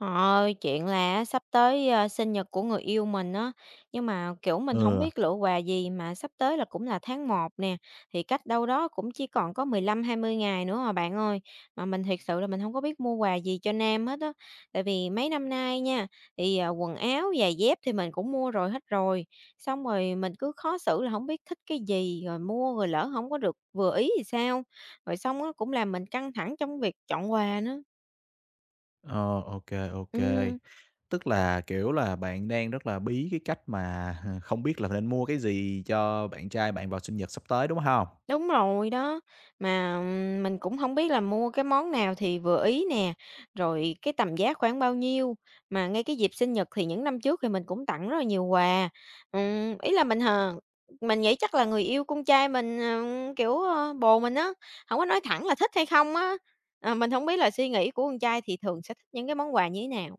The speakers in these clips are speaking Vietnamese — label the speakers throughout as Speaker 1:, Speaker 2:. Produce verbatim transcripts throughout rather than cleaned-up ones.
Speaker 1: Họ ơi, chuyện là á sắp tới, ơ, sinh nhật của người yêu mình á, nhưng mà, kiểu, mình không
Speaker 2: Ừ,
Speaker 1: biết lựa quà gì mà sắp tới là cũng là tháng một nè, thì cách đâu đó cũng chỉ còn có mười lăm hai mươi ngày nữa à bạn ơi. Mà mình thiệt sự là mình không có biết mua quà gì cho nam hết á, tại vì mấy năm nay nha, thì, à, quần áo, giày dép thì mình cũng mua rồi hết rồi, xong rồi mình cứ khó xử là không biết thích cái gì, rồi mua rồi lỡ không có được vừa ý thì sao? Rồi xong á cũng làm mình căng thẳng trong việc chọn quà nữa.
Speaker 2: ờ, OK, OK.
Speaker 1: Ừm.
Speaker 2: Tức là, kiểu là, bạn đang rất là bí cái cách mà không biết là nên mua cái gì cho bạn trai bạn vào sinh nhật sắp tới, đúng không?
Speaker 1: Đúng rồi đó, mà, ừm, mình cũng không biết là mua cái món nào thì vừa ý nè, rồi cái tầm giá khoảng bao nhiêu. Mà ngay cái dịp sinh nhật thì những năm trước thì mình cũng tặng rất là nhiều quà, ừm, ý là mình hờ mình nghĩ chắc là người yêu con trai mình, ờ, kiểu, ơ, bồ mình á, không có nói thẳng là thích hay không á. Ờ, mình không biết là suy nghĩ của con trai thì thường sẽ thích những cái món quà như thế nào.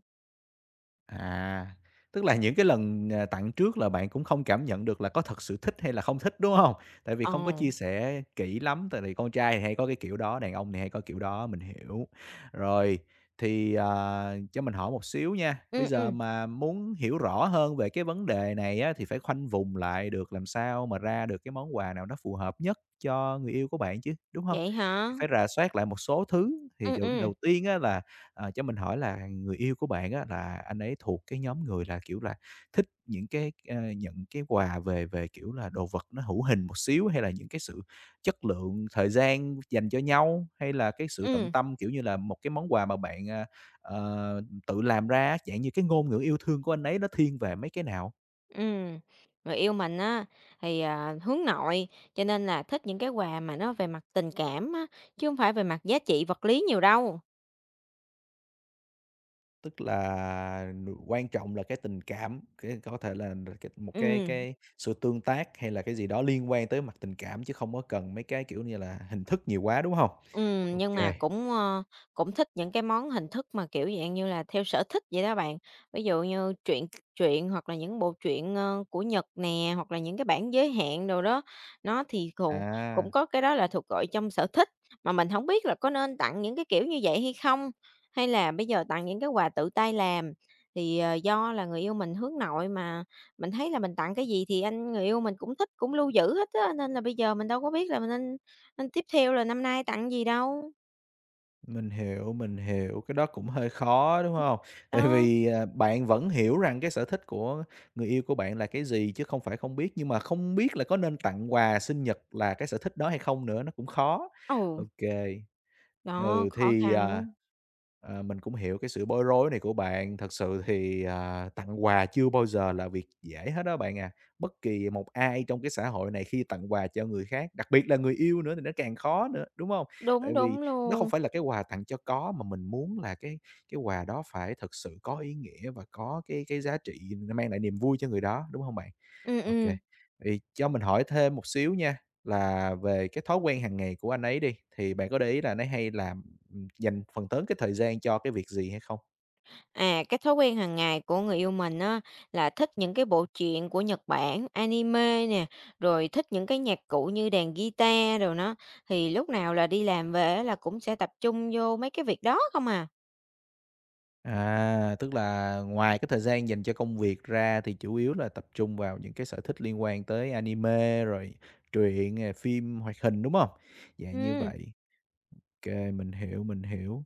Speaker 2: À, tức là những cái lần, à, tặng trước là bạn cũng không cảm nhận được là có thật sự thích hay là không thích, đúng không? Tại vì
Speaker 1: Ờ,
Speaker 2: không có chia sẻ kỹ lắm, tại vì con trai thì hay có cái kiểu đó, đàn ông thì hay có kiểu đó, mình hiểu. Rồi, thì, ờ, cho mình hỏi một xíu nha, bây
Speaker 1: ừm,
Speaker 2: giờ
Speaker 1: ừm,
Speaker 2: mà muốn hiểu rõ hơn về cái vấn đề này á, thì phải khoanh vùng lại được làm sao mà ra được cái món quà nào nó phù hợp nhất cho người yêu của bạn chứ, đúng không?
Speaker 1: vậy
Speaker 2: Thì
Speaker 1: hả?
Speaker 2: phải rà soát lại một số thứ, thì
Speaker 1: Ừm,
Speaker 2: dụ
Speaker 1: ừm,
Speaker 2: đầu tiên á là Ờ, cho mình hỏi là người yêu của bạn á, là anh ấy thuộc cái nhóm người là, kiểu là, thích những cái, ờ, nhận cái quà về về, kiểu là, đồ vật nó hữu hình một xíu, hay là những cái sự chất lượng thời gian dành cho nhau, hay là cái sự tận
Speaker 1: ừm.
Speaker 2: tâm, kiểu như là, một cái món quà mà bạn, à, ờ, tự làm ra dạng như cái ngôn ngữ yêu thương của anh ấy nó thiên về mấy cái nào?
Speaker 1: Ừm, người yêu mình á thì, à, hướng nội, cho nên là thích những cái quà mà nó về mặt tình cảm á, chứ không phải về mặt giá trị vật lý nhiều đâu.
Speaker 2: Tức là quan trọng là cái tình cảm, cái có thể là cái một cái
Speaker 1: Ừm.
Speaker 2: cái sự tương tác hay là cái gì đó liên quan tới mặt tình cảm chứ không có cần mấy cái, kiểu như là, hình thức nhiều quá, đúng không?
Speaker 1: Ừm,
Speaker 2: OK,
Speaker 1: nhưng mà cũng, ơ, cũng thích những cái món hình thức mà, kiểu, dạng như là, theo sở thích vậy đó bạn. Ví dụ như truyện truyện hoặc là những bộ truyện, ơ, của Nhật nè, hoặc là những cái bản giới hạn đồ đó, nó thì cù
Speaker 2: à,
Speaker 1: cũng có cái đó là thuộc gọi trong sở thích, mà mình không biết là có nên tặng những cái kiểu như vậy hay không? Hay là bây giờ tặng những cái quà tự tay làm? Thì, ờ, do là người yêu mình hướng nội mà, mình thấy là mình tặng cái gì thì anh người yêu mình cũng thích, cũng lưu giữ hết á, nên là bây giờ mình đâu có biết là mình nên nên tiếp theo là năm nay tặng gì đâu,
Speaker 2: mình hiểu, mình hiểu, cái đó cũng hơi khó, đúng không? Tại
Speaker 1: đó.
Speaker 2: vì, à, bạn vẫn hiểu rằng cái sở thích của người yêu của bạn là cái gì chứ không phải không biết, nhưng mà không biết là có nên tặng quà sinh nhật là cái sở thích đó hay không nữa, nó cũng khó.
Speaker 1: ồ
Speaker 2: OK.
Speaker 1: đó,
Speaker 2: Ừ,
Speaker 1: khó
Speaker 2: thì,
Speaker 1: khăn
Speaker 2: à,
Speaker 1: lắm.
Speaker 2: ờ, mình cũng hiểu cái sự bối rối này của bạn. Thật sự thì, à, tặng quà chưa bao giờ là việc dễ hết đó bạn à. Bất kỳ một ai trong cái xã hội này khi tặng quà cho người khác, đặc biệt là người yêu nữa thì nó càng khó nữa, đúng không?
Speaker 1: Đúng,
Speaker 2: Tại vì
Speaker 1: đúng
Speaker 2: nó không
Speaker 1: luôn.
Speaker 2: phải là cái quà tặng cho có, mà mình muốn là cái cái quà đó phải thật sự có ý nghĩa và có cái cái giá trị nó mang lại niềm vui cho người đó, đúng không bạn?
Speaker 1: Ừ,
Speaker 2: OK.
Speaker 1: ừ.
Speaker 2: Vậy cho mình hỏi thêm một xíu nha, là về cái thói quen hàng ngày của anh ấy đi, thì bạn có để ý là anh ấy hay làm, ừm, dành phần lớn cái thời gian cho cái việc gì hay không?
Speaker 1: À, cái thói quen hàng ngày của người yêu mình á, là thích những cái bộ truyện của Nhật Bản, anime nè, rồi thích những cái nhạc cụ như đàn guitar rồi nó thì lúc nào là đi làm về á là cũng sẽ tập trung vô mấy cái việc đó không à.
Speaker 2: À, tức là ngoài cái thời gian dành cho công việc ra thì chủ yếu là tập trung vào những cái sở thích liên quan tới anime, rồi truyện, à, phim hoạt hình, đúng không? Dạ, như
Speaker 1: Ừ.
Speaker 2: vậy. Kê, mình hiểu, mình hiểu.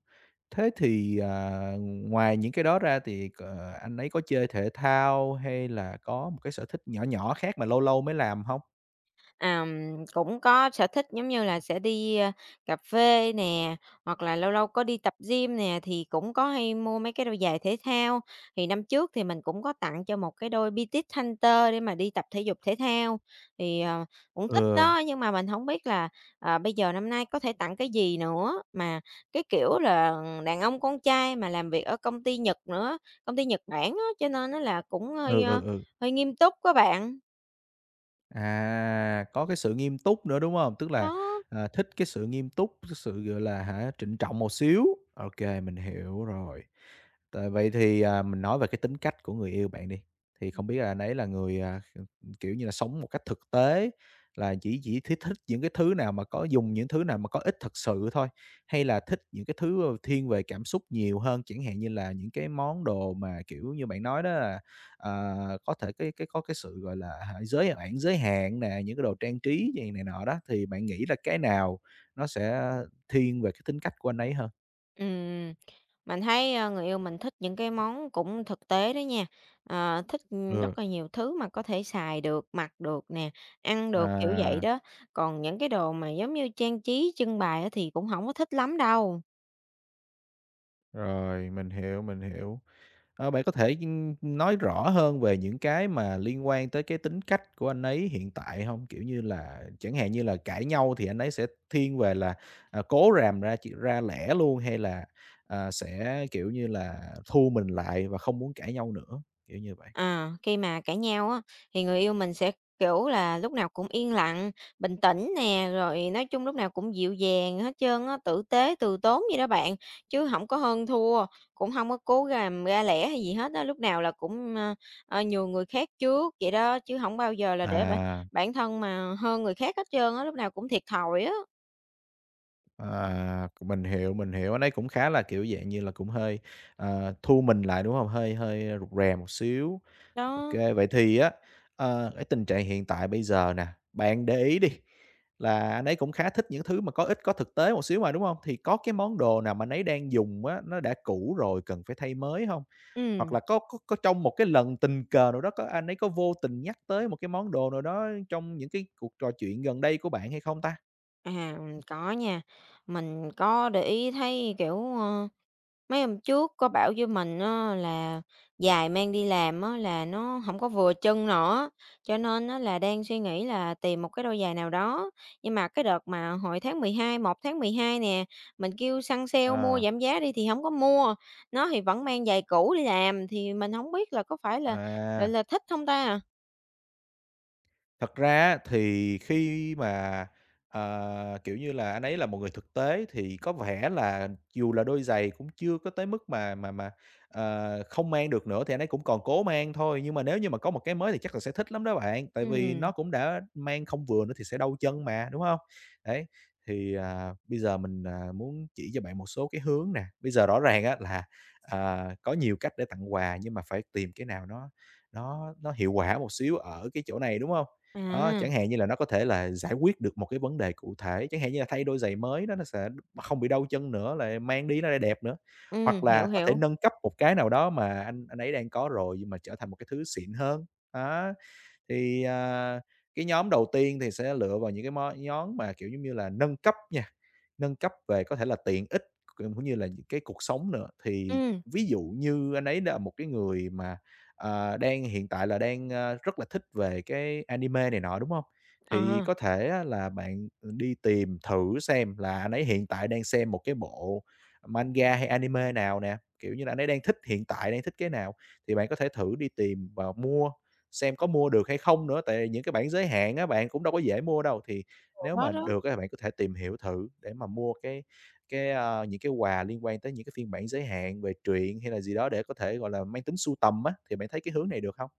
Speaker 2: Thế thì, à, ngoài những cái đó ra thì c ờ, anh ấy có chơi thể thao hay là có một cái sở thích nhỏ nhỏ khác mà lâu lâu mới làm không?
Speaker 1: Ờm, cũng có sở thích giống như là sẽ đi, a, cà phê nè, hoặc là lâu lâu có đi tập gym nè, thì cũng có hay mua mấy cái đôi giày thể thao. Thì năm trước thì mình cũng có tặng cho một cái đôi Pitit Hunter để mà đi tập thể dục thể thao, thì, ờ, cũng thích
Speaker 2: Ừ,
Speaker 1: đó, nhưng mà mình không biết là, ờ, bây giờ năm nay có thể tặng cái gì nữa. Mà cái kiểu là đàn ông con trai mà làm việc ở công ty Nhật nữa, công ty Nhật Bản á, cho nên nó là cũng hơi,
Speaker 2: ừ, ừ,
Speaker 1: ơ,
Speaker 2: ừ.
Speaker 1: hơi nghiêm túc các bạn.
Speaker 2: À, có cái sự nghiêm túc nữa, đúng không? Tức là,
Speaker 1: Đó.
Speaker 2: à, thích cái sự nghiêm túc, cái sự, gọi là, hả, trịnh trọng một xíu. OK mình hiểu rồi. Tại vậy thì, à, mình nói về cái tính cách của người yêu bạn đi, thì không biết là anh ấy là người, à, kiểu như là, sống một cách thực tế, là chỉ chỉ thích thích những cái thứ nào mà có dùng những thứ nào mà có ích thật sự thôi, hay là thích những cái thứ, ờ, thiên về cảm xúc nhiều hơn, chẳng hạn như là những cái món đồ mà, kiểu như, bạn nói đó ờ, có thể cái cái có cái sự, gọi là, hả, giới hạn giới hạn nè, những cái đồ trang trí gì này nọ đó, thì bạn nghĩ là cái nào nó sẽ thiên về cái tính cách của anh ấy hơn?
Speaker 1: Ừm, mình thấy, ơ, người yêu mình thích những cái món cũng thực tế đó nha, ờ, thích, ừm,
Speaker 2: Ừ,
Speaker 1: rất là nhiều thứ mà có thể xài được, mặc được nè, ăn được, kiểu vậy
Speaker 2: à,
Speaker 1: đó. Còn những cái đồ mà giống như trang trí trưng bày á thì cũng không có thích lắm đâu.
Speaker 2: rồi, mình hiểu, mình hiểu. Ờ, bạn có thể, nói rõ hơn về những cái mà liên quan tới cái tính cách của anh ấy hiện tại hông? Kiểu như là, chẳng hạn như là cãi nhau thì anh ấy sẽ thiên về là, à, cố ràm ra chuyện ra lẽ luôn, hay là, à, sẽ, kiểu như là, thu mình lại và không muốn cãi nhau nữa, kiểu như vậy?
Speaker 1: À, khi mà cãi nhau á, thì người yêu mình sẽ, kiểu là, lúc nào cũng yên lặng, bình tĩnh nè, rồi nói chung lúc nào cũng dịu dàng hết trơn á, tử tế, từ tốn vậy đó bạn, chứ không có hơn thua, cũng không có cố làm ra lẻ hay gì hết á, lúc nào là cũng, ơ, ờ, nhường người khác trước vậy đó, chứ không bao giờ là để bản
Speaker 2: À,
Speaker 1: bản thân mà hơn người khác hết trơn á, lúc nào cũng thiệt thòi á.
Speaker 2: à, mình hiểu, mình hiểu, anh ấy cũng khá là, kiểu, dạng như là, cũng hơi, ờ, thu mình lại, đúng hông? Hơi hơi rụt rè một xíu.
Speaker 1: Đó,
Speaker 2: OK, vậy thì á, ờ, cái tình trạng hiện tại bây giờ nè, bạn để ý đi, là anh ấy cũng khá thích những thứ mà có ích, có thực tế một xíu mà, đúng không? Thì có cái món đồ nào mà anh ấy đang dùng á, nó đã cũ rồi cần phải thay mới không? Hoặc
Speaker 1: ừm,
Speaker 2: là có có có trong một cái lần tình cờ nào đó, có anh ấy có vô tình nhắc tới một cái món đồ nào đó trong những cái cuộc trò chuyện gần đây của bạn hay không ta?
Speaker 1: à, có nha, mình có để ý thấy, kiểu, mấy hôm trước có bảo với mình á là giày mang đi làm á là nó không có vừa chân nữa, cho nên á là đang suy nghĩ là tìm một cái đôi giày nào đó. Nhưng mà cái đợt mà hồi tháng mười hai một tháng mười hai nè, mình kêu săn sale mua
Speaker 2: Ờ,
Speaker 1: giảm giá đi thì không có mua, nó thì vẫn mang giày cũ đi làm, thì mình không biết là có phải là là
Speaker 2: à.
Speaker 1: là thích không ta?
Speaker 2: Thật ra á thì khi mà, ờ, kiểu như là, anh ấy là một người thực tế thì có vẻ là dù là đôi giày cũng chưa có tới mức mà mà mà, ờ, không mang được nữa thì anh ấy cũng còn cố mang thôi. Nhưng mà nếu như mà có một cái mới thì chắc là sẽ thích lắm đó bạn, tại vì nó
Speaker 1: Ừm,
Speaker 2: cũng đã mang không vừa nữa thì sẽ đau chân mà, đúng không? Đấy, thì, à, bây giờ mình, à, muốn chỉ cho bạn một số cái hướng nè. Bây giờ rõ ràng á là, à, có nhiều cách để tặng quà nhưng mà phải tìm cái nào nó nó nó hiệu quả một xíu ở cái chỗ này, đúng không? Đó,
Speaker 1: à,
Speaker 2: chẳng hạn như là nó có thể là giải quyết được một cái vấn đề cụ thể, chẳng hạn như là thay đôi giày mới đó, nó sẽ không bị đau chân nữa, lại mang đi nó lại đẹp nữa. Hoặc
Speaker 1: ừm, hiểu,
Speaker 2: là có thể
Speaker 1: hiểu,
Speaker 2: nâng cấp một cái nào đó mà anh anh ấy đang có rồi nhưng mà trở thành một cái thứ xịn hơn. Đó, thì, à, cái nhóm đầu tiên thì sẽ lựa vào những cái món nhóm mà, kiểu, giống như là, nâng cấp nha. Nâng cấp về có thể là tiện ích cũng như là những cái cuộc sống nữa. Thì
Speaker 1: ừm,
Speaker 2: ví dụ như anh ấy là một cái người mà, ờ, đang hiện tại là đang, ơ, rất là thích về cái anime này nọ, đúng không? Thì
Speaker 1: à,
Speaker 2: có thể á là bạn, ừ, đi tìm thử xem là anh ấy hiện tại đang xem một cái bộ manga hay anime nào nè, kiểu như là, anh ấy đang thích hiện tại đang thích cái nào thì bạn có thể thử đi tìm và mua, xem có mua được hay không nữa, tại những cái bản giới hạn á bạn cũng đâu có dễ mua đâu thì nếu
Speaker 1: đó
Speaker 2: mà
Speaker 1: đó.
Speaker 2: được á, bạn có thể tìm hiểu thử để mà mua cái cái, a, những cái quà liên quan tới những cái phiên bản giới hạn về truyện hay là gì đó để có thể, gọi là, mang tính sưu tầm á, thì bạn thấy cái hướng này được không?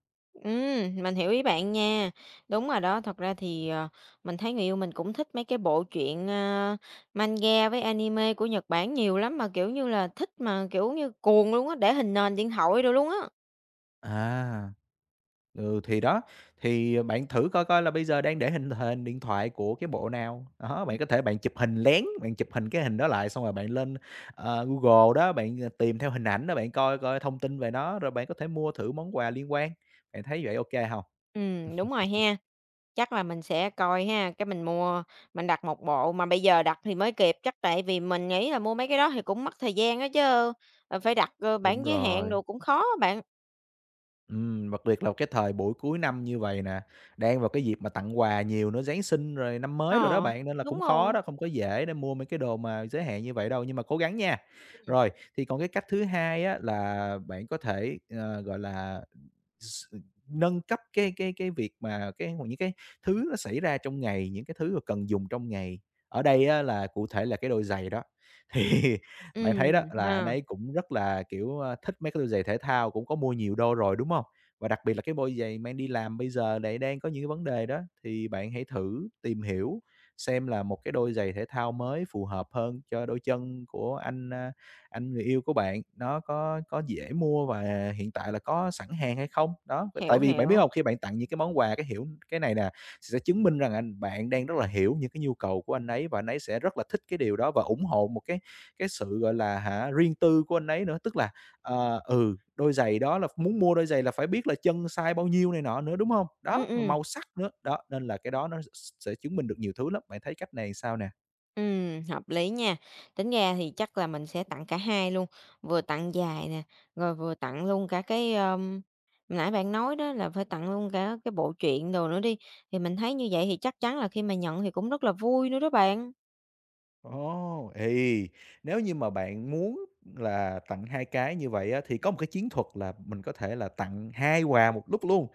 Speaker 1: Ừm, mình hiểu ý bạn nha. Đúng rồi đó, thật ra thì, ờ, mình thấy người yêu mình cũng thích mấy cái bộ truyện, ơ, manga với anime của Nhật Bản nhiều lắm, mà, kiểu như là, thích mà, kiểu như, cuồng luôn á, để hình nền điện thoại đồ luôn á.
Speaker 2: À, ừ, thì đó, thì bạn thử coi coi là bây giờ đang để hình hình điện thoại của cái bộ nào. Đó, bạn có thể bạn chụp hình lén, bạn chụp hình cái hình đó lại xong rồi bạn lên, ờ, Google đó, bạn, ờ, tìm theo hình ảnh đó, bạn coi coi thông tin về nó, rồi bạn có thể mua thử món quà liên quan. Bạn thấy vậy OK không?
Speaker 1: Ừm, đúng rồi ha, chắc là mình sẽ coi ha, cái mình mua mình đặt một bộ, mà bây giờ đặt thì mới kịp, chắc tại vì mình nghĩ là mua mấy cái đó thì cũng mất thời gian á chứ, ờ, phải đặt, ơ,
Speaker 2: Đúng
Speaker 1: bản giới hạn
Speaker 2: rồi.
Speaker 1: đồ cũng khó á bạn.
Speaker 2: Ừm, đặc biệt là cái thời buổi cuối năm như vậy nè, đang vào cái dịp mà tặng quà nhiều nữa, Giáng sinh rồi năm mới rồi đó
Speaker 1: Ờ,
Speaker 2: bạn, nên là
Speaker 1: đúng
Speaker 2: cũng khó
Speaker 1: rồi,
Speaker 2: đó, không có dễ để mua mấy cái đồ mà giới hạn như vậy đâu, nhưng mà cố gắng nha.
Speaker 1: ừm,
Speaker 2: Rồi, thì còn cái cách thứ hai á là bạn có thể, ờ, gọi là S nâng cấp cái cái cái việc mà cái những cái thứ nó xảy ra trong ngày, những cái thứ mà cần dùng trong ngày. Ở đây á là cụ thể là cái đôi giày đó, thì bạn thấy đó
Speaker 1: ừm,
Speaker 2: là anh
Speaker 1: ha,
Speaker 2: ấy cũng rất là, kiểu, ơ, thích mấy cái đôi giày thể thao, cũng có mua nhiều đôi rồi, đúng không? Và đặc biệt là cái đôi giày mang đi làm bây giờ lại đang có những cái vấn đề đó, thì bạn hãy thử tìm hiểu xem là một cái đôi giày thể thao mới phù hợp hơn cho đôi chân của anh, à, anh người yêu của bạn nó có có dễ mua và hiện tại là có sẵn hàng hay không? Đó, tại
Speaker 1: hiểu,
Speaker 2: vì bạn biết
Speaker 1: hiểu.
Speaker 2: không? Khi bạn tặng những cái món quà, cái hiểu cái này nè, sẽ chứng minh rằng anh bạn đang rất là hiểu những cái nhu cầu của anh ấy và anh ấy sẽ rất là thích cái điều đó và ủng hộ một cái cái sự, gọi là, hả, riêng tư của anh ấy nữa. Tức là, ờ, ừ, đôi giày đó là muốn mua đôi giày là phải biết là chân size bao nhiêu này nọ nữa, đúng không?
Speaker 1: Ừm,
Speaker 2: Đó, mà
Speaker 1: ừm.
Speaker 2: màu sắc nữa, đó, nên là cái đó nó sẽ chứng minh được nhiều thứ lắm. Bạn thấy cách này sao nè?
Speaker 1: Ừm, hợp lý nha. Tính ra thì chắc là mình sẽ tặng cả hai luôn, vừa tặng dài nè, rồi vừa tặng luôn cả cái, ờm, nãy bạn nói đó là phải tặng luôn cả cái bộ truyện đồ nữa đi, thì mình thấy như vậy thì chắc chắn là khi mà nhận thì cũng rất là vui nữa đó bạn.
Speaker 2: Ồ, ì, nếu như mà bạn muốn là tặng hai cái như vậy á, thì có một cái chiến thuật là mình có thể là tặng hai quà một lúc luôn.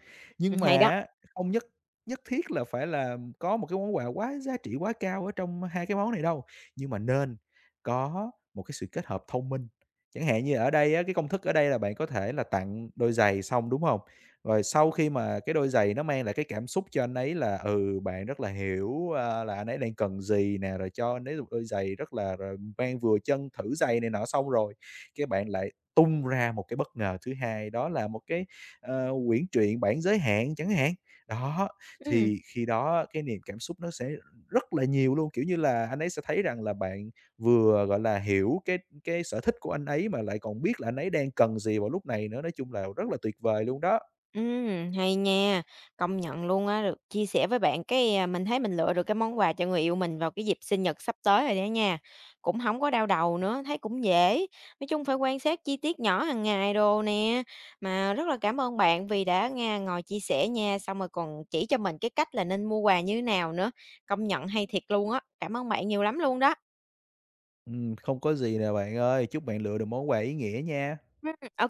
Speaker 1: Ừm,
Speaker 2: Nhưng mà
Speaker 1: hay đó,
Speaker 2: á, không nhất nhất thiết là phải là có một cái món quà quá giá trị, quá cao ở trong hai cái món này đâu, nhưng mà nên có một cái sự kết hợp thông minh. Chẳng hạn như ở đây á, cái công thức ở đây là bạn có thể là tặng đôi giày xong, đúng không? Rồi sau khi mà cái đôi giày nó mang lại cái cảm xúc cho anh ấy là, ừ, bạn rất là hiểu, a, là anh ấy đang cần gì nè, rồi cho anh ấy một đôi giày rất là rồi mang vừa chân, thử giày này nọ xong rồi, cái bạn lại tung ra một cái bất ngờ thứ hai, đó là một cái, ờ, quyển truyện bản giới hạn chẳng hạn. Đó,
Speaker 1: ừm.
Speaker 2: thì khi đó cái niềm cảm xúc nó sẽ rất là nhiều luôn, kiểu như là, anh ấy sẽ thấy rằng là bạn vừa, gọi là, hiểu cái cái sở thích của anh ấy mà lại còn biết là anh ấy đang cần gì vào lúc này nữa, nói chung là rất là tuyệt vời luôn đó.
Speaker 1: Ừm, hay nha, công nhận luôn á, được chia sẻ với bạn cái, à, mình thấy mình lựa được cái món quà cho người yêu mình vào cái dịp sinh nhật sắp tới rồi đó nha. Cũng không có đau đầu nữa, thấy cũng dễ, nói chung phải quan sát chi tiết nhỏ hàng ngày đồ nè. Mà rất là cảm ơn bạn vì đã nghe ngồi chia sẻ nha, xong rồi còn chỉ cho mình cái cách là nên mua quà như thế nào nữa, công nhận hay thiệt luôn á. Cảm ơn bạn nhiều lắm luôn đó.
Speaker 2: Ừm, không có gì nè bạn ơi, chúc bạn lựa được món quà ý nghĩa nha.
Speaker 1: Ừm, ô